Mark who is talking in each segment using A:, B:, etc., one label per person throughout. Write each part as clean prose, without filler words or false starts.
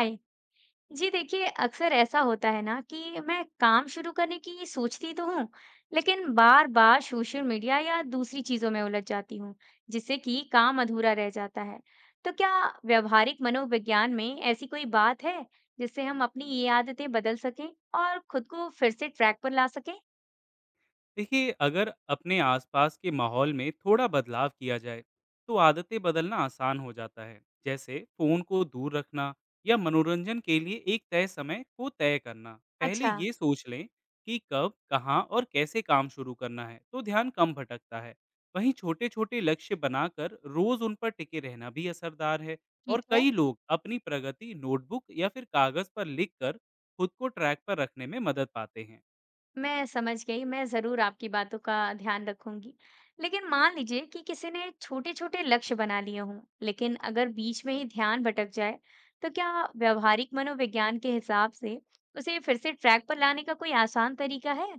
A: हाय जी। देखिए अक्सर ऐसा होता है ना कि मैं काम शुरू करने की सोचती तो हूँ, लेकिन बार बार सोशल मीडिया या दूसरी चीजों में उलझ जाती हूँ, जिससे कि काम अधूरा रह जाता है। तो क्या व्यवहारिक मनोविज्ञान में ऐसी कोई बात है जिससे हम अपनी ये आदतें बदल सकें और खुद को फिर से ट्रैक पर ला सकें?
B: देखिए, अगर अपने आसपास के माहौल में थोड़ा बदलाव किया जाए तो आदतें बदलना आसान हो जाता है। जैसे फोन को दूर रखना या मनोरंजन के लिए एक तय समय को तय करना। पहले
A: अच्छा।
B: ये सोच लें कि कब, कहाँ और कैसे काम शुरू करना है, तो ध्यान कम भटकता है। वहीं छोटे छोटे लक्ष्य बनाकर रोज उन पर टिके रहना भी असरदार है। और
A: ठीक है।
B: कई लोग अपनी प्रगति नोटबुक या फिर कागज पर लिखकर खुद को ट्रैक पर रखने में मदद पाते हैं।
A: मैं समझ गई, मैं ज़रूर आपकी बातों का ध्यान रखूँगी। लेकिन मान लीजिए कि किसी ने छोटे-छोटे लक्ष्य बना लिए हों, लेकिन अगर बीच में ही ध्यान भटक जाए, तो क्या व्यावहारिक मनोविज्ञान के हिसाब से उसे फिर से ट्रैक पर लाने का कोई आसान तरीका है?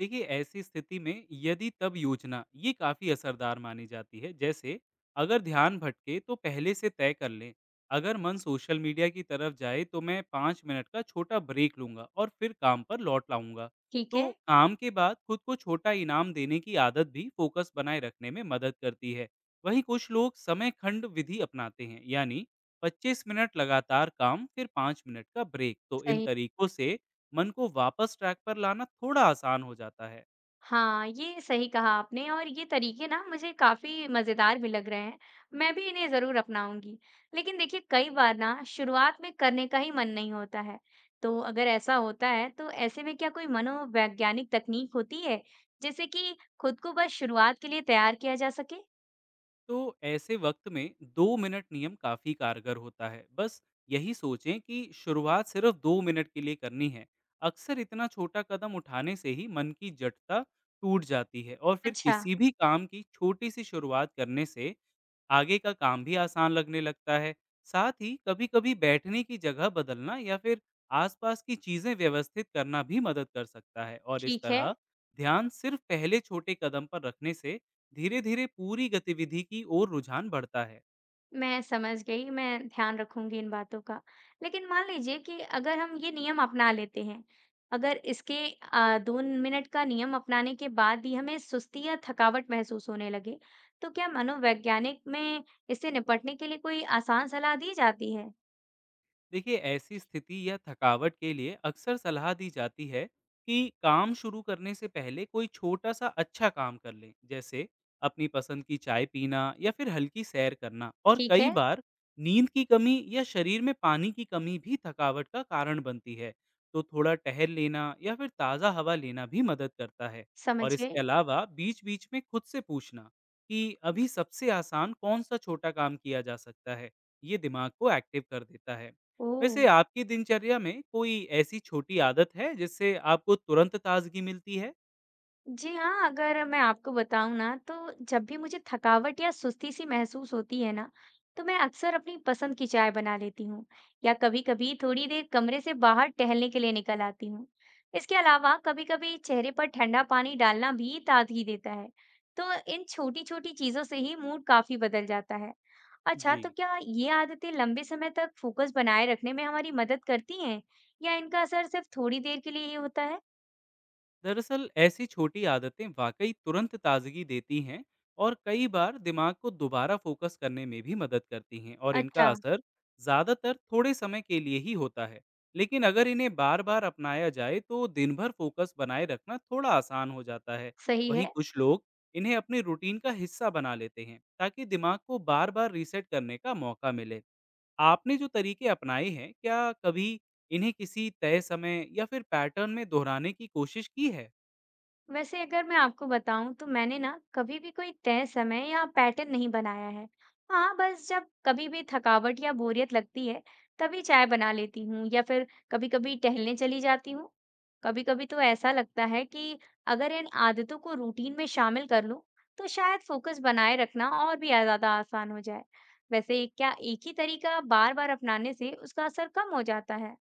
B: देखिए, ऐसी स्थिति में यदि तब योजना ये काफी असरदार मानी जाती है। जैसे अगर ध्यान भटके तो पहले से तय कर लें, अगर मन सोशल मीडिया की तरफ जाए तो मैं पाँच मिनट का छोटा ब्रेक लूंगा और फिर काम पर लौट लाऊंगा।
A: ठीक है।
B: तो काम के बाद खुद को छोटा इनाम देने की आदत भी फोकस बनाए रखने में मदद करती है। वहीं कुछ लोग समय खंड विधि अपनाते हैं, यानी 25 मिनट लगातार काम फिर 5 मिनट का ब्रेक। तो इन
A: सही।
B: तरीकों से मन को वापस ट्रैक पर लाना थोड़ा आसान हो जाता है।
A: हाँ, ये सही कहा आपने, और ये तरीके ना मुझे काफ़ी मज़ेदार भी लग रहे हैं। मैं भी इन्हें ज़रूर अपनाऊँगी। लेकिन देखिए, कई बार ना शुरुआत में करने का ही मन नहीं होता है। तो अगर ऐसा होता है तो ऐसे में क्या कोई मनोवैज्ञानिक तकनीक होती है जिससे कि खुद को बस शुरुआत के लिए तैयार किया जा सके?
B: तो ऐसे वक्त में दो मिनट नियम काफी कारगर होता है। बस यही सोचें कि शुरुआत सिर्फ दो मिनट के लिए करनी है। अक्सर इतना छोटा कदम उठाने से ही मन की जटता टूट जाती है और फिर
A: अच्छा।
B: किसी भी काम की छोटी सी शुरुआत करने से आगे का काम भी आसान लगने लगता है। साथ ही कभी-कभी बैठने की जगह बदलना या फिर आसपास की चीजें व्यवस्थित करना भी मदद कर सकता है। और इस
A: ठीक है।
B: तरह ध्यान सिर्फ पहले छोटे कदम पर रखने से धीरे-धीरे पूरी गतिविधि की ओर रुझान बढ़ता है।
A: मैं समझ गई, मैं ध्यान रखूंगी इन बातों का। लेकिन मान लीजिए कि अगर हम ये नियम अपना लेते हैं, अगर इसके 2 मिनट का नियम अपनाने के बाद भी हमें सुस्ती या थकावट महसूस होने लगे, तो क्या मनोवैज्ञानिक में इससे निपटने के लिए कोई आसान सलाह दी जाती है?
B: देखिए, ऐसी स्थिति या थकावट के लिए अक्सर सलाह दी जाती है कि काम शुरू करने से पहले कोई छोटा सा अच्छा काम कर लें। जैसे अपनी पसंद की चाय पीना या फिर हल्की सैर करना। और
A: ठीक
B: कई
A: है।
B: बार नींद की कमी या शरीर में पानी की कमी भी थकावट का कारण बनती है, तो थोड़ा टहल लेना या फिर ताज़ा हवा लेना भी मदद करता है।
A: समझ
B: और इसके
A: गई।
B: अलावा बीच बीच में खुद से पूछना कि अभी सबसे आसान कौन सा छोटा काम किया जा सकता है, ये दिमाग को एक्टिव कर देता है।
A: ओह!
B: वैसे आपकी दिनचर्या में कोई ऐसी छोटी आदत है जिससे आपको तुरंत ताज़गी मिलती है?
A: जी हाँ, अगर मैं आपको बताऊँ ना, तो जब भी मुझे थकावट या सुस्ती सी महसूस होती है ना, तो मैं अक्सर अपनी पसंद की चाय बना लेती हूँ, या कभी-कभी थोड़ी देर कमरे से बाहर टहलने के लिए निकल आती हूँ। इसके अलावा कभी-कभी चेहरे पर ठंडा पानी डालना भी ताजगी देता है। तो इन छोटी-छोटी चीज़ों से ही मूड काफ़ी बदल जाता है। अच्छा,
B: जी।
A: तो क्या ये आदतें लंबे समय तक फोकस बनाए रखने में हमारी मदद करती हैं, या इनका असर सिर्फ थोड़ी देर के लिए ही होता है?
B: दरअसल ऐसी छोटी आदतें वाक़ई तुरंत ताज़गी देती हैं और कई बार दिमाग को दोबारा फ़ोकस करने में भी मदद करती हैं, और इनका
A: अच्छा।
B: असर ज़्यादातर थोड़े समय के लिए ही होता है। लेकिन अगर इन्हें बार-बार अपनाया जाए तो दिन भर फ़ोकस बनाए रखना थोड़ा आसान हो जाता है।
A: सही
B: वहीं
A: है।
B: कुछ लोग इन्हें अपने रूटीन का हिस्सा बना लेते हैं ताकि दिमाग को बार-बार रीसेट करने का मौका मिले। आपने जो तरीके अपनाए हैं, क्या कभी इन्हें किसी तय समय या फिर पैटर्न में दोहराने की कोशिश की है?
A: वैसे अगर मैं आपको बताऊं तो मैंने ना कभी भी कोई तय समय या पैटर्न नहीं बनाया है। हाँ, बस जब कभी भी थकावट या बोरियत लगती है तभी चाय बना लेती हूँ, या फिर कभी कभी टहलने चली जाती हूँ। कभी कभी तो ऐसा लगता है कि अगर इन आदतों को रूटीन में शामिल कर लूँ तो शायद फोकस बनाए रखना और भी ज्यादा आसान हो जाए। वैसे क्या एक ही तरीका बार बार अपनाने से उसका असर कम हो जाता है?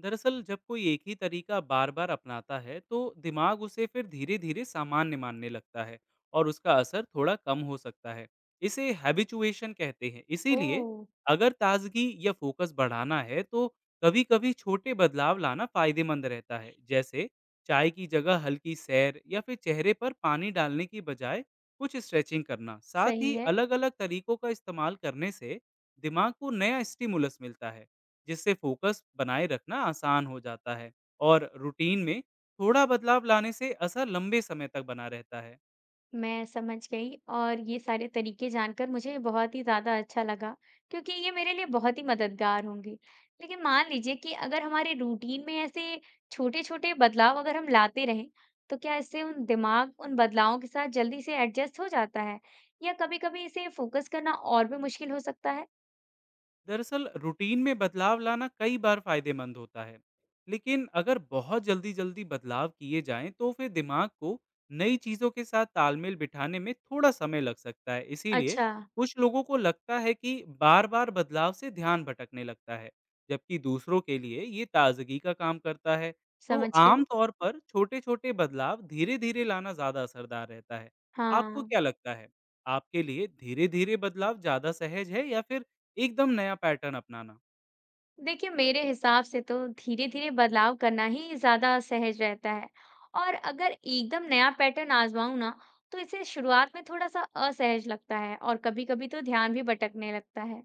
B: दरअसल जब कोई एक ही तरीका बार बार अपनाता है, तो दिमाग उसे फिर धीरे धीरे सामान्य मानने लगता है और उसका असर थोड़ा कम हो सकता है। इसे हैबिचुएशन कहते हैं। इसीलिए
A: ओह।
B: अगर ताजगी या फोकस बढ़ाना है तो कभी कभी छोटे बदलाव लाना फायदेमंद रहता है। जैसे चाय की जगह हल्की सैर या फिर चेहरे पर पानी डालने की बजाय कुछ स्ट्रेचिंग करना। साथ ही
A: सही है।
B: अलग अलग तरीकों का इस्तेमाल करने से दिमाग को नया स्टिमुलस मिलता है, जिससे फोकस बनाए रखना आसान हो जाता है। और रूटीन में थोड़ा बदलाव लाने से असर लंबे समय तक बना रहता है।
A: मैं समझ गई, और ये सारे तरीके जानकर मुझे बहुत ही ज़्यादा अच्छा लगा, क्योंकि ये मेरे लिए बहुत ही मददगार होंगे। लेकिन मान लीजिए कि अगर हमारे रूटीन में ऐसे छोटे-छोटे बदलाव अगर हम लाते रहें, तो क्या इससे उन बदलावों के साथ जल्दी से एडजस्ट हो जाता है? या कभी-कभी इसे फोकस करना और भी मुश्किल हो सकता है?
B: दरअसल रूटीन में बदलाव लाना कई बार फायदेमंद होता है, लेकिन अगर बहुत जल्दी जल्दी बदलाव किए जाएं तो फिर दिमाग को नई चीज़ों के साथ तालमेल बिठाने में थोड़ा समय लग सकता है। इसीलिए
A: अच्छा।
B: कुछ लोगों को लगता है कि बार बार बदलाव से ध्यान भटकने लगता है, जबकि दूसरों के लिए ये ताजगी का काम करता है। तो
A: समझ गई।
B: आमतौर पर छोटे छोटे बदलाव धीरे धीरे लाना ज़्यादा असरदार रहता है। आपको
A: हाँ।
B: क्या लगता है, आपके लिए धीरे धीरे बदलाव ज्यादा सहज है या फिर एकदम नया पैटर्न अपनाना?
A: देखिए, मेरे हिसाब से तो धीरे धीरे बदलाव करना ही ज्यादा सहज रहता है, और अगर एकदम नया पैटर्न आजमाऊं ना, तो इसे शुरुआत में थोड़ा सा असहज लगता है और कभी कभी तो ध्यान भी भटकने लगता है।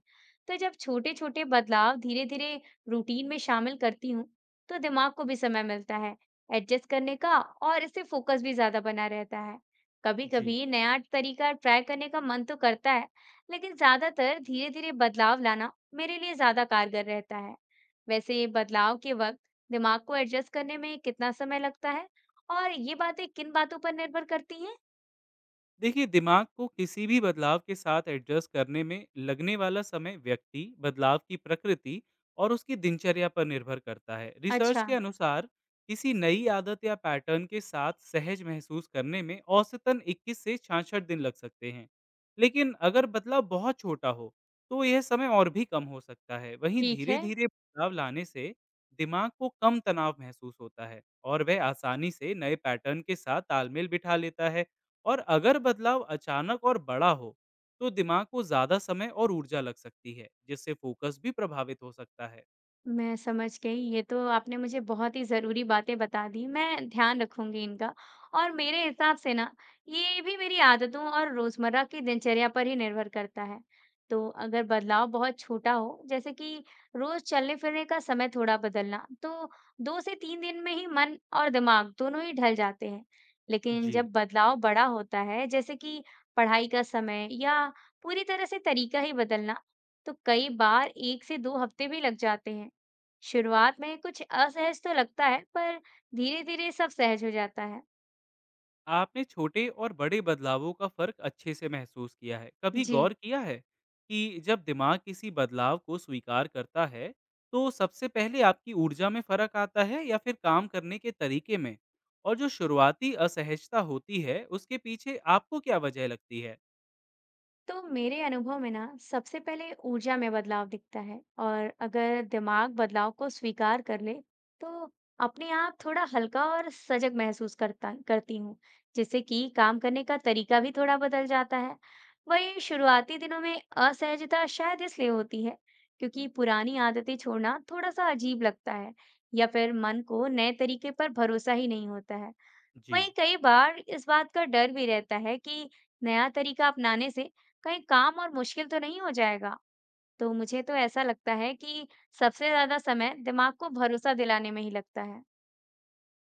A: तो जब छोटे छोटे बदलाव धीरे धीरे रूटीन में शामिल करती हूँ, तो दिमाग को भी समय मिलता है एडजस्ट करने का, और इससे फोकस भी ज्यादा बना रहता है। कभी
B: जी।
A: कभी नया तरीका ट्राई करने का मन तो करता है, लेकिन ज्यादातर धीरे धीरे बदलाव लाना मेरे लिए ज्यादा कारगर रहता है। वैसे बदलाव के वक्त दिमाग को एडजस्ट करने में कितना समय लगता है, और ये बातें किन बातों पर निर्भर करती हैं?
B: देखिए, दिमाग को किसी भी बदलाव के साथ एडजस्ट करने में लगने वाला समय व्यक्ति, बदलाव की प्रकृति और उसकी दिनचर्या पर निर्भर करता है। रिसर्च
A: अच्छा।
B: के अनुसार किसी नई आदत या पैटर्न के साथ सहज महसूस करने में औसतन 21 से 66 दिन लग सकते हैं। लेकिन अगर बदलाव बहुत छोटा हो तो यह समय और भी कम हो सकता है। वहीं
A: ठीक
B: धीरे
A: है।
B: धीरे बदलाव लाने से दिमाग को कम तनाव महसूस होता है और वह आसानी से नए पैटर्न के साथ तालमेल बिठा लेता है। और अगर बदलाव अचानक और बड़ा हो तो दिमाग को ज्यादा समय और ऊर्जा लग सकती है, जिससे फोकस भी प्रभावित हो सकता है।
A: मैं समझ गई। ये तो आपने मुझे बहुत ही ज़रूरी बातें बता दी। मैं ध्यान रखूँगी इनका। और मेरे हिसाब से ना, ये भी मेरी आदतों और रोज़मर्रा की दिनचर्या पर ही निर्भर करता है। तो अगर बदलाव बहुत छोटा हो, जैसे कि रोज़ चलने-फिरने का समय थोड़ा बदलना, तो 2 से 3 दिन में ही मन और दिमाग दोनों ही ढल जाते हैं। लेकिन
B: जी।
A: जब बदलाव बड़ा होता है, जैसे कि पढ़ाई का समय या पूरी तरह से तरीका ही बदलना, तो कई बार 1 से 2 हफ्ते भी लग जाते हैं। शुरुआत में कुछ असहज तो लगता है, पर धीरे-धीरे सब सहज हो जाता है।
B: आपने छोटे और बड़े बदलावों का फर्क अच्छे से महसूस किया है। कभी
A: जी।
B: गौर किया है कि जब दिमाग किसी बदलाव को स्वीकार करता है तो सबसे पहले आपकी ऊर्जा में फर्क आता है या फिर काम करने के तरीके में? और जो शुरुआती असहजता होती है, उसके पीछे आपको क्या वजह लगती है?
A: तो मेरे अनुभव में ना, सबसे पहले ऊर्जा में बदलाव दिखता है, और अगर दिमाग बदलाव को स्वीकार कर ले तो अपने आप थोड़ा हल्का और सजग महसूस करता करती हूँ, जिससे कि काम करने का तरीका भी थोड़ा बदल जाता है। वही शुरुआती दिनों में असहजता शायद इसलिए होती है, क्योंकि पुरानी आदतें छोड़ना थोड़ा सा अजीब लगता है, या फिर मन को नए तरीके पर भरोसा ही नहीं होता है। वहीं
B: जी।
A: कई बार इस बात का डर भी रहता है कि नया तरीका अपनाने से कहीं काम और मुश्किल तो नहीं हो जाएगा। तो मुझे तो ऐसा लगता है कि सबसे ज्यादा समय दिमाग को भरोसा दिलाने में ही लगता है।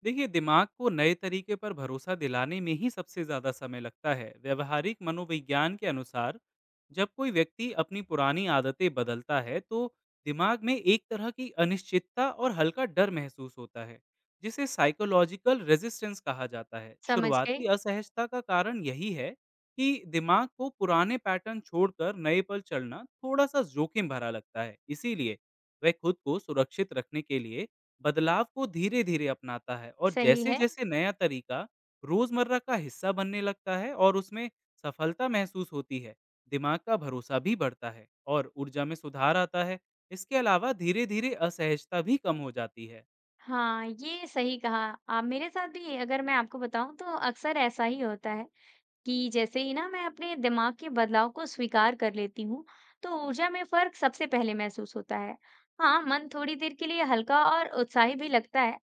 B: देखिए, दिमाग को नए तरीके पर भरोसा दिलाने में ही सबसे ज़्यादा समय लगता है। व्यवहारिक मनोविज्ञान के अनुसार जब कोई व्यक्ति अपनी पुरानी आदतें बदलता है तो दिमाग में एक तरह की अनिश्चितता और हल्का डर महसूस होता है, जिसे साइकोलॉजिकल रेजिस्टेंस कहा जाता है।
A: समझ गई।
B: शुरुआती असहजता का कारण यही है कि दिमाग को पुराने पैटर्न छोड़कर नए पर चलना थोड़ा सा जोखिम भरा लगता है। इसीलिए वह खुद को सुरक्षित रखने के लिए बदलाव को धीरे-धीरे अपनाता है। और
A: सही है।
B: जैसे-जैसे नया तरीका रोजमर्रा का हिस्सा बनने लगता है और उसमें सफलता महसूस होती है, दिमाग का भरोसा भी बढ़ता है और ऊर्जा में सुधार आता है। इसके अलावा धीरे-धीरे असहजता भी कम हो जाती है।
A: हाँ, ये सही कहा आप। मेरे साथ भी, अगर मैं आपको बताऊं, तो अक्सर ऐसा ही होता है कि जैसे ही ना मैं अपने दिमाग के बदलाव को स्वीकार कर लेती हूँ, तो ऊर्जा में फर्क सबसे पहले महसूस होता है। हाँ, मन थोड़ी देर के लिए हल्का और उत्साही भी लगता है।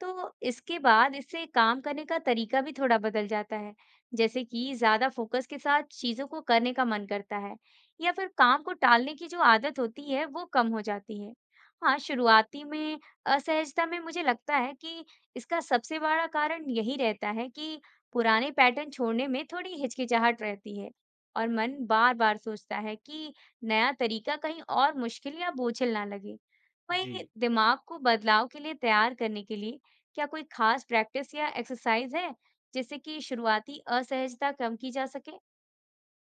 A: तो इसके बाद इससे काम करने का तरीका भी थोड़ा बदल जाता है। जैसे कि ज्यादा फोकस के साथ चीजों को करने का मन करता है, या फिर काम को टालने की जो आदत होती है, वो कम हो जाती है। हाँ, शुरुआती में असहजता में मुझे लगता है कि इसका सबसे बड़ा कारण यही रहता है कि पुराने पैटर्न छोड़ने में थोड़ी हिचकिचाहट रहती है, और मन बार बार सोचता है कि नया तरीका कहीं और मुश्किल या बोझिल ना लगे।
B: जी।
A: वहीं दिमाग को बदलाव के लिए तैयार करने के लिए क्या कोई खास प्रैक्टिस या एक्सरसाइज है जिससे कि शुरुआती असहजता कम की जा सके?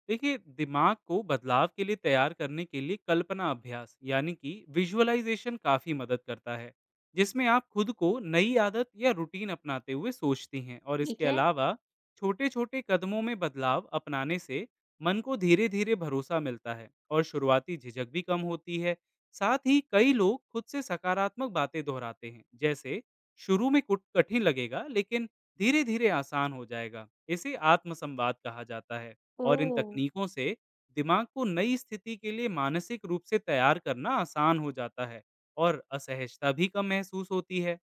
B: देखिए, दिमाग को बदलाव के लिए तैयार करने के लिए कल्पना अभ्यास यानी कि विजुअलाइजेशन काफ़ी मदद करता है, जिसमें आप खुद को नई आदत या रूटीन अपनाते हुए सोचती हैं। और इसके
A: ठीक है।
B: अलावा छोटे छोटे कदमों में बदलाव अपनाने से मन को धीरे धीरे भरोसा मिलता है और शुरुआती झिझक भी कम होती है। साथ ही कई लोग खुद से सकारात्मक बातें दोहराते हैं, जैसे शुरू में कुछ कठिन लगेगा लेकिन धीरे धीरे आसान हो जाएगा। इसे आत्मसंवाद कहा जाता है।
A: ओ।
B: और इन तकनीकों से दिमाग को नई स्थिति के लिए मानसिक रूप से तैयार करना आसान हो जाता है और असहजता भी कम महसूस होती है।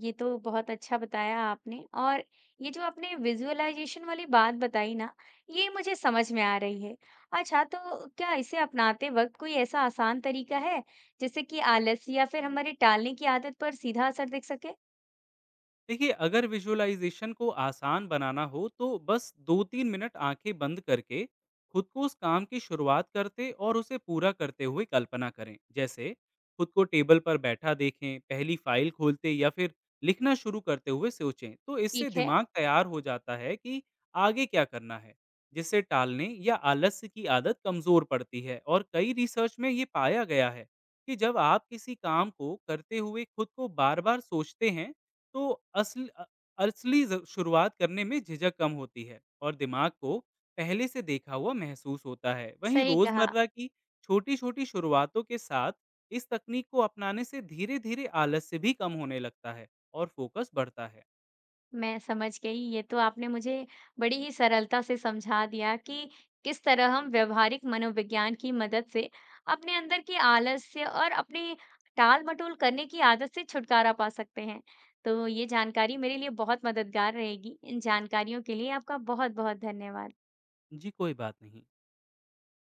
A: ये तो बहुत अच्छा बताया आपने, और ये जो आपने विजुअलाइजेशन वाली बात बताई ना, ये मुझे समझ में आ रही है। अच्छा, तो क्या इसे अपनाते वक्त कोई ऐसा आसान तरीका है जिससे कि आलस या फिर हमारे टालने की आदत पर सीधा असर दिख सके?
B: देखिए, अगर विजुअलाइजेशन को आसान बनाना हो तो बस दो तीन मिनट आंखें बंद करके खुद को उस काम की शुरुआत करते और उसे पूरा करते हुए कल्पना करें। जैसे खुद को टेबल पर बैठा देखें, पहली फाइल खोलते या फिर लिखना शुरू करते हुए सोचें। तो इससे
A: ठीक है।
B: दिमाग तैयार हो जाता है कि आगे क्या करना है, जिससे टालने या आलस्य की आदत कमजोर पड़ती है। और कई रिसर्च में ये पाया गया है कि जब आप किसी काम को करते हुए खुद को बार बार सोचते हैं तो असल अ- असली शुरुआत करने में झिझक कम होती है और दिमाग को पहले से देखा हुआ महसूस होता है। वहीं
A: सही कहा।
B: रोजमर्रा की छोटी छोटी शुरुआतों के साथ इस तकनीक को अपनाने से धीरे धीरे आलस से भी कम होने लगता है और फोकस बढ़ता है।
A: मैं समझ गई। ये तो आपने मुझे बड़ी ही सरलता से समझा दिया कि किस तरह हम व्यवहारिक मनोविज्ञान की मदद से अपने अंदर की आलस्य और अपनी टाल-मटोल करने की आदत से छुटकारा पा सकते हैं। तो ये जानकारी मेरे लिए बहुत मददगार रहेगी। इन जानकारियों के लिए आपका बहुत-बहुत धन्यवाद।
B: जी, कोई बात नहीं।